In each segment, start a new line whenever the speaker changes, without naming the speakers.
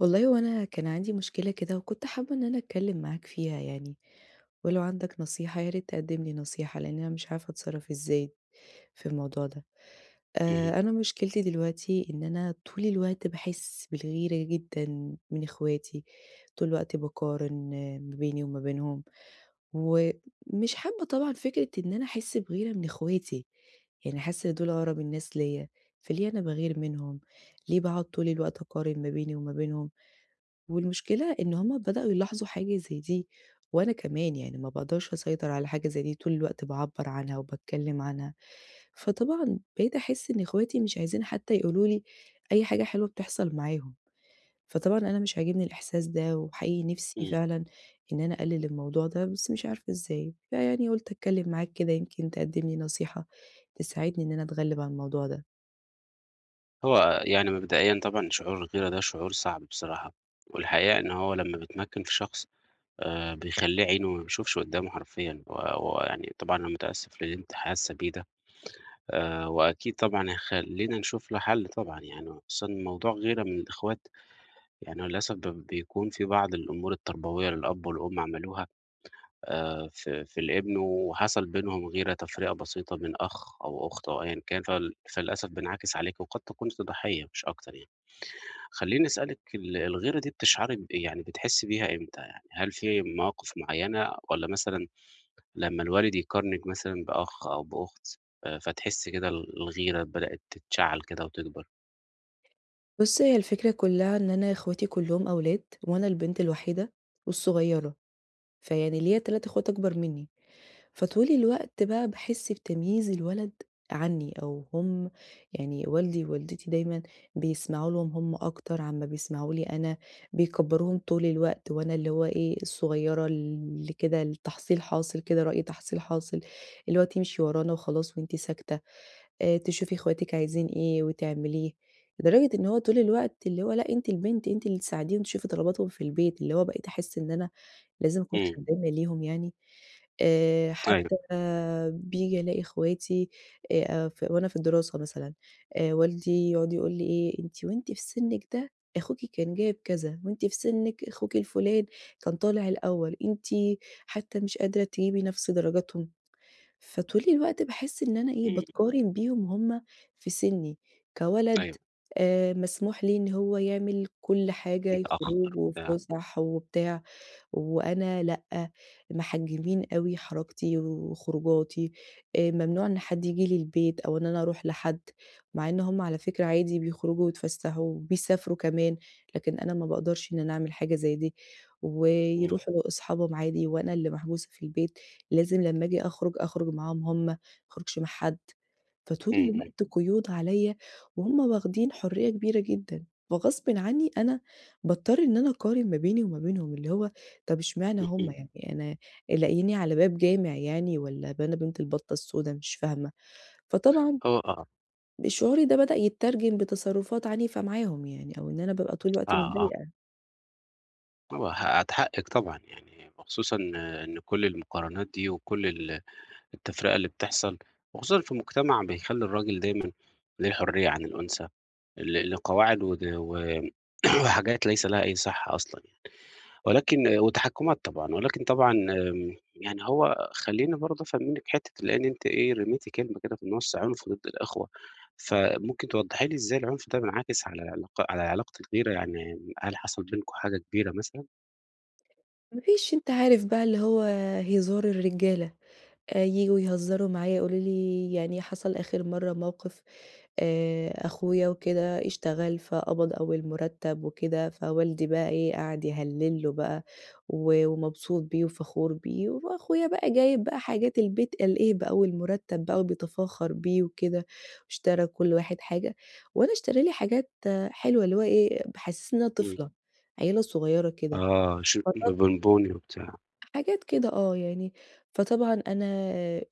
والله هو أنا كان عندي مشكلة كده وكنت حابة إن أنا أتكلم معاك فيها يعني، ولو عندك نصيحة يا ريت تقدم لي نصيحة لأن أنا مش عارفة أتصرف إزاي في الموضوع ده.
اهم،
أنا مشكلتي دلوقتي إن أنا طول الوقت باحس بالغيرة جدًا من إخواتي، طول الوقت باقارن ما بيني وما بينهم، ومش حابة طبعًا فكرة إن أنا أحس بغيرة من إخواتي، يعني حاسة إن دول أقرب الناس ليّا، فليه أنا باغير منهم؟ ليه باقعد طول الوقت أقارن ما بيني وما بينهم؟ والمشكلة إن هُم بدأوا يلاحظوا حاجة زي دي، وأنا كمان يعني ما باقدرش أسيطر على حاجة زي دي، طول الوقت باعبّر عنها وباتكلم عنها، فطبعًا بقيت أحس إن إخواتي مش عايزين حتى يقولوا لي أي حاجة حلوة بتحصل معاهم، فطبعًا أنا مش عاجبني الإحساس ده، وحقيقي نفسي
إمم.
فعلًا إن أنا أقلل الموضوع ده، بس مش عارفة إزاي، فيعني قُلت أتكلم معاك كده يمكن تقدم لي نصيحة تساعدني إن أنا أتغلب على الموضوع ده.
يعني مبدئيًا طبعًا شعور الغيرة ده شعور صعب بصراحة، والحقيقة إن هو لمّا بيتمكّن في شخص بيخلّيه عينه ما بيشوفش قدّامه حرفيًا، ويعني طبعًا أنا متأسف للي أنتِ حاسة بيه ده، وأكيد طبعًا خلّينا نشوف له حل طبعًا يعني، وخصوصًا موضوع غيرة من الإخوات. يعني هو للأسف بيكون في بعض الأمور التربوية للأب والأم عملوها في الابن وحصل بينهم غيرة تفرقة بسيطة من أخ أو أخت أو أيًا كان، فللأسف بانعكس عليكِ وقد كنتِ ضحية مش أكتر يعني. خلّيني أسألِك الغيرة دي بتشعري يعني بتحسّي بيها إمتى يعني؟ هل في مواقف معيّنة والّا مثلًا لمّا الوالد يقارنِك مثلًا بأخ أو بأخت فتحسّي كده الغيرة بدأت تتشعّل كده وتكبر؟
بُص هي الفكرة كلها إن أنا إخواتي كلّهم أولاد، وأنا البنت الوحيدة والصغيرة. فيعني ليّا 3 اخوات أكبر منّي، فطول الوقت بقى باحس بتمييز الولد عني أو هم يعني والدي ووالدتي دايمًا بيسمعوا لهم هم أكتر عمّا بيسمعوا لي أنا، بيكبّروهم طول الوقت وأنا اللي هو إيه، الصغيّرة اللي كده التحصيل حاصل كده رأي تحصيل حاصل، اللي هو تمشي ورانا وخلاص وأنتِ ساكتة، تشوفي اخواتِك عايزين إيه وتعمليه، لدرجة إن هو طول الوقت اللي هو لأ أنتِ البنت أنتِ اللي تساعديهم تشوفي طلباتهم في البيت، اللي هو بقيت أحس إن أنا لازم أكون
إمم،
خدّامة ليهم يعني،
أيوه،
حتى بييجي ألاقي إخواتي ف وأنا في الدراسة مثلًا، والدي يقعد يقول لي إيه: "أنتِ وأنتِ في سِنِّك ده أخوكِ كان جايب كذا، وأنتِ في سِنِّك أخوكِ الفُلان كان طالع الأول، أنتِ حتى مش قادرة تجيبي نفس درجاتهم." فطول الوقت باحس إن أنا إيه،
إمم،
باتقارن بيهم وهُم في سِنِّي، كولد
أيوه،
مسموح ليه إن هو يعمل كل حاجة،
متأخّر
خروج
بتاع،
وفُسح وبتاع. وأنا لأ، محجمين أوي حركتي وخروجاتي، ممنوع إن حد ييجي لي البيت أو إن أنا أروح لحد، مع إن هُم على فكرة عادي بيخرجوا ويتفسحوا وبيسافروا كمان، لكن أنا ما باقدرش إن أنا أعمل حاجة زي دي،
إمم،
ويروحوا لأصحابهم عادي وأنا اللي محبوسة في البيت، لازم لمّا آجي أخرج، أخرج معاهم هُم، ما أخرجش مع حد. فطول
إمم، إمم،
الوقت قيود عليّا وهُم واخدين حرية كبيرة جدًا، فغصبٍ عنّي أنا باضطر إن أنا أقارن ما بيني وما بينهم، اللي هو طَب إشمعنى هُم
اهم،
يعني أنا لاقييني على باب جامع يعني والّا أنا بنت البطة السودا مش فاهمة، فطبعًا
هو آه،
شعوري ده بدأ يتّرجم بتصرفات عنيفة معاهم يعني أو إن أنا بابقى طول
آه،
الوقت
آه.
متضايقة.
هو هات حقِّك طبعًا، يعني وخصوصًا إن كل المقارنات دي وكل التفرقة اللي بتحصل، وخصوصًا في مجتمع بيخلّي الراجل دايمًا ليه الحرية عن الأنثى، لقواعد ود و وحاجات ليس لها أي صحة أصلًا يعني، ولكن وتحكُّمات طبعًا. ولكن طبعًا يعني هو خلّيني برضه أفهّمِك حتّة لإن أنتِ إيه رميتِ كلمة كده في النُص، عنف ضد الإخوة، فممكن توضّحي لي إزاي العنف ده بينعكس على على علاقة الغيرة، يعني هل حصل بينكم حاجة كبيرة مثلًا؟
ما فيش أنت عارف بقى اللي هو هزار الرجالة. ييجوا يهزروا معايا يقولوا لي يعني حصل آخر مرّة موقف أخويا وكده اشتغل فقبض أول مرتّب وكده، فوالدي بقى إيه، قعد يهلّل له بقى و ومبسوط بيه وفخور بيه، وأخويا بقى جايب بقى حاجات البيت قالقاه بأول مرتّب بقى وبيتفاخر بيه وكده، واشترى كل واحد حاجة، وأنا اشترى لي حاجات آه، حلوة اللي هو إيه، بيحسّسني إن أنا
إمم.
طفلة، عيّلة صغيّرة كده.
آه،
فط
بونبوني وبتاع،
حاجات كده آه، يعني فطبعًا أنا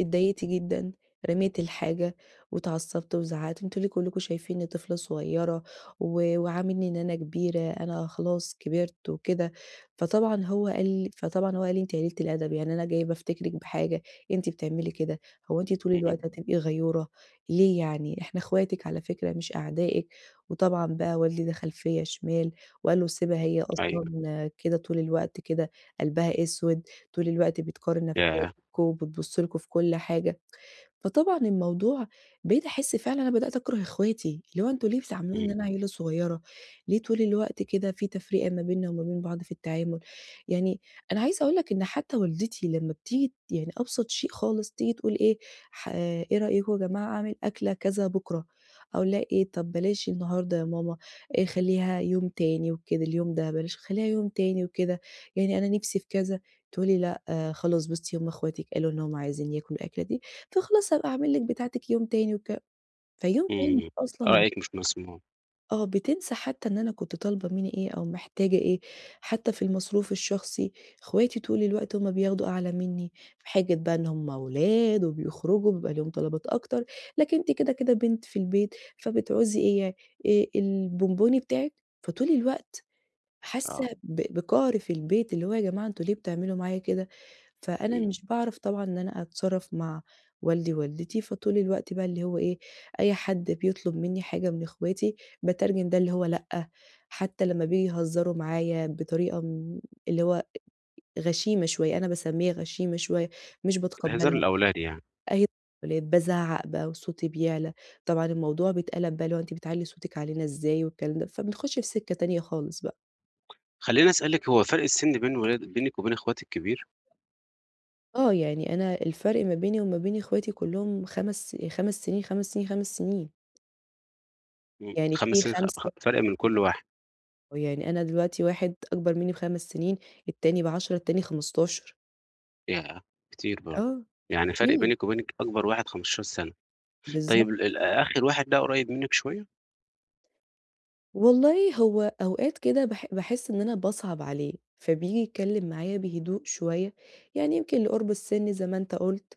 اتضايقت جدًا، رميت الحاجة واتعصبت وزعقت، أنتم ليه كلّكم شايفينّي طفلة صغيّرة و وعاملني إن أنا كبيرة، أنا خلاص كبرت وكده، فطبعًا هو قال لي: "أنتِ قليلة الأدب، يعني أنا جاي بافتكرِك بحاجة، أنتِ بتعملي كده، هو أنتِ طول
اهم،
الوقت هتبقي غيورة، ليه يعني؟ إحنا اخواتِك على فكرة مش أعدائِك." وطبعًا بقى والدي دخل فيّا شمال وقال له: "سيبها هي
أيوه،
أصلًا كده طول الوقت كده، قلبها أسود." طول الوقت بتقارن نفسها
ياه!
بيكم، وبتبُص لكم في كل حاجة. فطبعًا الموضوع بقيت أحس فعلًا أنا بدأت أكره إخواتي، اللي هو أنتم ليه بتعاملوني إن
إمم،
أنا عيلة صغيرة، ليه طول الوقت كده في تفرقة ما بيننا وما بين بعض في التعامل، يعني أنا عايزة أقول لك إن حتى والدتي لمّا بتيجي يعني أبسط شيء خالص تيجي تقول إيه إيه رأيكم يا جماعة أعمل أكلة كذا بكرة، أقول لها إيه طب بلاش النهارده يا ماما خلّيها يوم تاني وكده، اليوم ده بلاش خلّيها يوم تاني وكده، يعني أنا نِفْسي في كذا، تقول لي لأ آه خلاص بُصي هم أخواتِك قالوا إن هم عايزين ياكلوا الأكلة دي تخلص هابقى أعمل لِك بتاعتِك يوم تاني فيوم تاني دي
إمم،
أصلًا
رأيك مش مسموع،
آه، بتنسى حتى إن أنا كنت طالبة مني إيه أو محتاجة إيه، حتى في المصروف الشخصي اخواتي طول الوقت هُم بياخدوا أعلى مني، بحجة بقى إن هُم ولاد وبيخرجوا بيبقى ليهم طلبات أكتر، لكن أنتِ كده، كده بنت في البيت فبتعوزي إيه يعني البونبوني بتاعِك، فطول الوقت حاسة
آه،
ب بقهر في البيت، اللي هو يا جماعة أنتم ليه بتعملوا معايا كده؟ فأنا
إمم،
مش باعرف طبعًا إن أنا أتصرّف مع والدي ووالدتي، فطول الوقت بقى اللي هو إيه، أي حد بيطلب منّي حاجة من إخواتي باترجم ده اللي هو لأ، حتى لمّا بييجوا يهزروا معايا بطريقة م اللي هو غشيمة شوية، أنا باسمّيها غشيمة شوية، مش
هزار
باتقبّلها،
الأولاد يعني.
أهي الولاد بازعّق بقى وصوتي بيعلى، طبعًا الموضوع بيتقلب بقى اللي هو أنتِ بتعلّي صوتِك علينا إزاي والكلام ده، فبنخش في سكة تانية خالص بقى.
خلّيني أسألِك هو فرق السِن بين ولاد بينِك وبين أخواتِك كبير؟
آه، يعني أنا الفرق ما بيني وما بين اخواتي كلّهم 5 سنين، 5 سنين، 5 سنين،
إمم،
يعني
5
في
سنين خ خ
5
فرق من كل واحد،
يعني أنا دلوقتي واحد أكبر منّي ب5 سنين، التاني ب10، التاني 15
ياه! كتير برضه،
آه،
يعني فرق
كتير،
بينِك وبينِك أكبر واحد 15 سنة. طيب
بالضبط.
ال ال آخر واحد ده قريب منِك شوية؟
والله هو أوقات كده باحس إن أنا باصعب عليه، فبييجي يتكلم معايا بهدوء شوية، يعني يمكن لقرب السن زي ما أنت قُلت،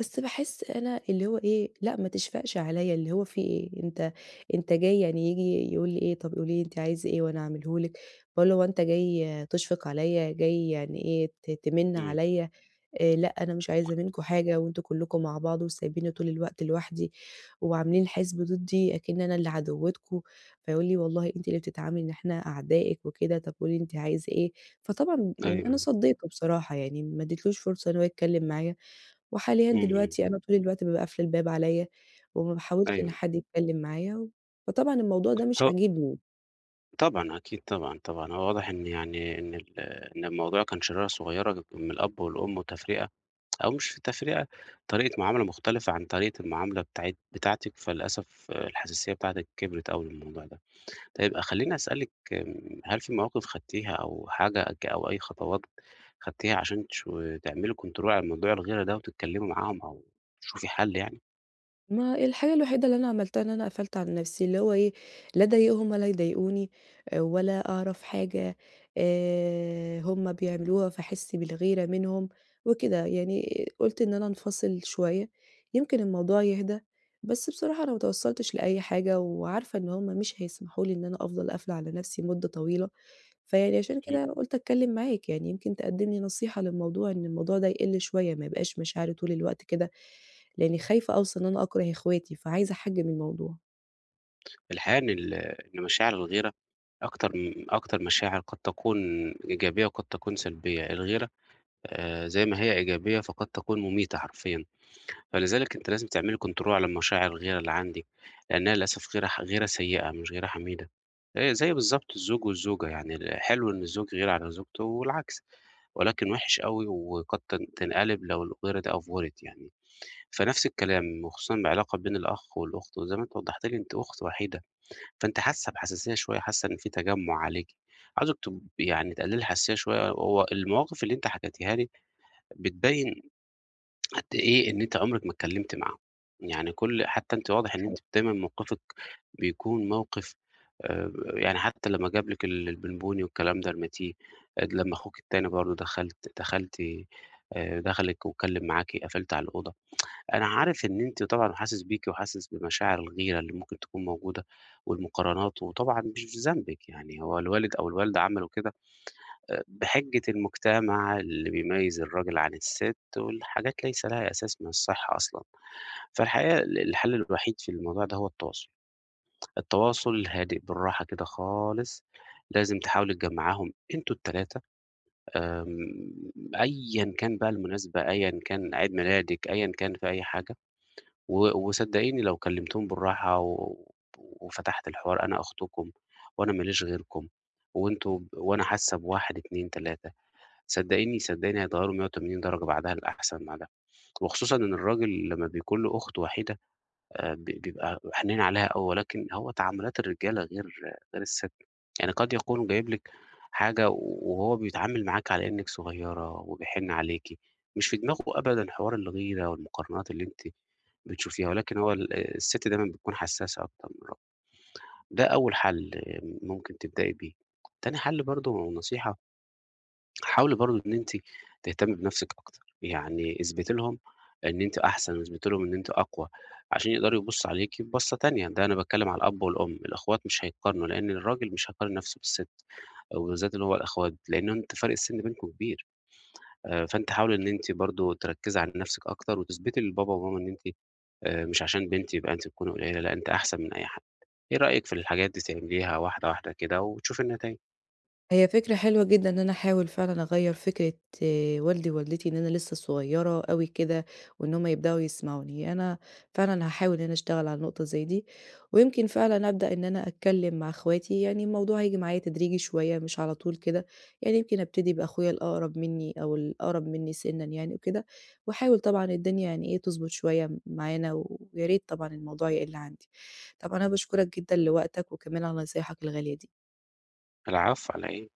بس باحس أنا اللي هو إيه، لأ ما تشفقش عليَّ، اللي هو في إيه، أنت جاي يعني ييجي يقول لي إيه، طب قولي لي أنتِ عايزة إيه وأنا هاعمله لِك، باقول له: "هو أنت جاي تشفق عليَّ، جاي يعني إيه ت تمِن
إمم،
عليَّ؟" لأ أنا مش عايزة منكم حاجة وأنتم كلّكم مع بعض وسايبينّي طول الوقت لوحدي، وعاملين حِزب ضدّي أكِن أنا اللي عدوّتكم، فيقول لي: "والله أنتِ اللي بتتعاملي إن إحنا أعدائِك وكده، طَب قولي أنتِ عايزة إيه؟" فطبعًا يعني أنا
أيوه،
صدّيته بصراحة يعني ما ادّيتلوش فرصة إن هو يتكلّم معايا، وحاليًا
إمم،
دلوقتي أنا طول الوقت بابقى قافلة الباب عليّا، وما باحاولش إن
أيوه،
حد يتكلّم معايا، فطبعًا الموضوع ده مش
هو
عاجبني.
طبعًا، أكيد طبعًا، طبعًا. هو واضح إن يعني إن ال إن الموضوع كان شرارة صغيرة من الأب والأم وتفرقة أو مش في تفرقة، طريقة معاملة مختلفة عن طريقة المعاملة بتاعتِك، فللأسف آه، الحساسية بتاعتِك كبرت أوي للموضوع ده. طيب آه، خلّيني أسألِك هل في مواقف خدتيها أو حاجة ك أو أي خطوات خدتيها عشان تعملي control على موضوع الغيرة ده وتتكلمي معاهم أو تشوفي حل يعني؟
ما الحاجة الوحيدة اللي أنا عملتها إن أنا قفلت على نفسي، اللي هو إيه، لا أضايقهم ولا يضايقوني، آه، ولا أعرف حاجة هم بيعملوها فاحس بالغيرة منهم وكده، يعني قُلت إن أنا أنفصل شوية، يمكن الموضوع يهدى، بس بصراحة أنا ما توصلتش لأي حاجة، وعارفة إن هم مش هيسمحوا لي إن أنا أفضل قافلة على نفسي مدة طويلة. فيعني عشان
إمم.
كده قُلت أتكلّم معاك، يعني يمكن تقدّم لي نصيحة للموضوع إن الموضوع ده يقِل شوية، ما يبقاش مشاعري طول الوقت كده، لإنّي خايفة أوصل إن أنا أكره إخواتي، فعايزة أحجّم الموضوع.
الحقيقة إن مشاعر الغيرة أكتر مشاعر قد تكون إيجابية وقد تكون سلبية. الغيرة زي ما هي إيجابية فقد تكون مميتة حرفيًا. فلذلك أنتِ لازم تعملي control على المشاعر الغيرة اللي عندِك، لأنها للأسف غيرة سيئة مش غيرة حميدة، زي بالضبط الزوج والزوجة يعني حلو إن الزوج يغير على زوجته والعكس، ولكن وِحِش أوي وقد تنقلب لو الغيرة دي أفورت يعني. فنفس الكلام وخصوصًا العلاقة بين الأخ والأخت وزي ما أنتِ وضحتِ لي أنتِ أخت وحيدة، فأنتِ حاسة بحساسية شوية، حاسة إن في تجمُّع عليكِ. عاوزِك يعني تقللي الحساسية شوية. هو المواقف اللي أنتِ حكيتيها لي بتبين قد إيه إن أنتِ عمرِك ما اتكلمتِ معاهم، يعني كل حتى أنتِ واضح إن أنتِ دايمًا موقفِك بيكون موقف يعني حتى لمّا جاب لِك البونبوني والكلام ده رميتيه، أد لمّا أخوك التاني برضه دخلت دخلت دخلِك واتكلم معاكِ قفلتِ على الأوضة. أنا عارف إن أنتِ طبعًا وحاسس بيكِ وحاسس بمشاعر الغيرة اللي ممكن تكون موجودة والمقارنات، وطبعًا مش في ذنبِك يعني هو الوالد أو الوالدة عملوا كده بحجة المجتمع اللي بيميّز الراجل عن الست والحاجات ليس لها أساس من الصحة أصلًا. فالحقيقة الحل الوحيد في الموضوع ده هو التواصل. التواصل الهادئ بالراحة كده خالص. لازم تحاولوا تجمّعاهم أنتم ال3 آمم أيًا كان بقى المناسبة، أيًا كان عيد ميلادِك، أيًا كان في أي حاجة وصدّقيني لو كلمتيهم بالراحة وفتحت الحوار أنا أختكم وأنا ما ليش غيركم وأنتم وأنا حاسة ب1، 2، 3. صدّقيني، صدّقيني هيتغيّروا 180 درجة بعدها للأحسن بعدها، وخصوصًا إن الراجل لمّا بيكون له أخت وحيدة ب بيبقى حنين عليها أوي، ولكن هو تعاملات الرجالة غير الست، يعني قد يكون جايب لِك حاجة وهو بيتعامل معاكِ على إنِّك صغيّرة وبيحن عليكِ، مش في دماغه أبدًا حوار الغيرة والمقارنات اللي أنتِ بتشوفيها، ولكن هو الست دايمًا بتكون حسّاسة أكتر من الراجل. ده أول حل آه، ممكن تبدئي بيه. تاني حل برضه نصيحة، حاولي برضه إن أنتِ تهتمي بنفسِك أكتر، يعني اثبتي لهم إن أنتِ أحسن، اثبتي لهم إن أنتِ أقوى، عشان يقدروا يبُصّوا عليكِ ببصّة تانية. ده أنا باتكلم على الأب والأم، الأخوات مش هيتقارنوا، لإن الراجل مش هيقارن نفسه بالست، وبالذات اللي هو الأخوات، لإن أنتِ فرق السن بينكم كبير. فأنتِ حاولي إن أنتِ برضه تركّزي على نفسِك أكتر، وتثبتي لبابا وماما إن أنتِ مش عشان بنت يبقى أنتِ تكوني قليلة، لأ أنتِ أحسن من أي حد. إيه رأيِك في الحاجات دي تعمليها واحدة واحدة كده وتشوفي النتايج؟
هي فكرة حلوة جدًا إن أنا أحاول فعلًا أغيّر فكرة آه، والدي ووالدتي إن أنا لسه صغيّرة أوي كده، وإن هُم يبدأوا يسمعوني، أنا فعلًا هاحاول إن أنا أشتغل على النقطة زي دي، ويمكن فعلًا أبدأ إن أنا أتكلّم مع أخواتي، يعني الموضوع هييجي معايا تدريجي شوية مش على طول كده، يعني يمكن أبتدي بأخويا الأقرب منّي أو الأقرب منّي سِنًا يعني وكده، وأحاول طبعًا الدنيا يعني إيه تضبط شوية م معانا، ويا ريت طبعًا الموضوع يقِل عندي. طبعًا أنا باشكرك جدًا لوقتك وكمان على نصايحك الغالية دي.
العفو على إيه؟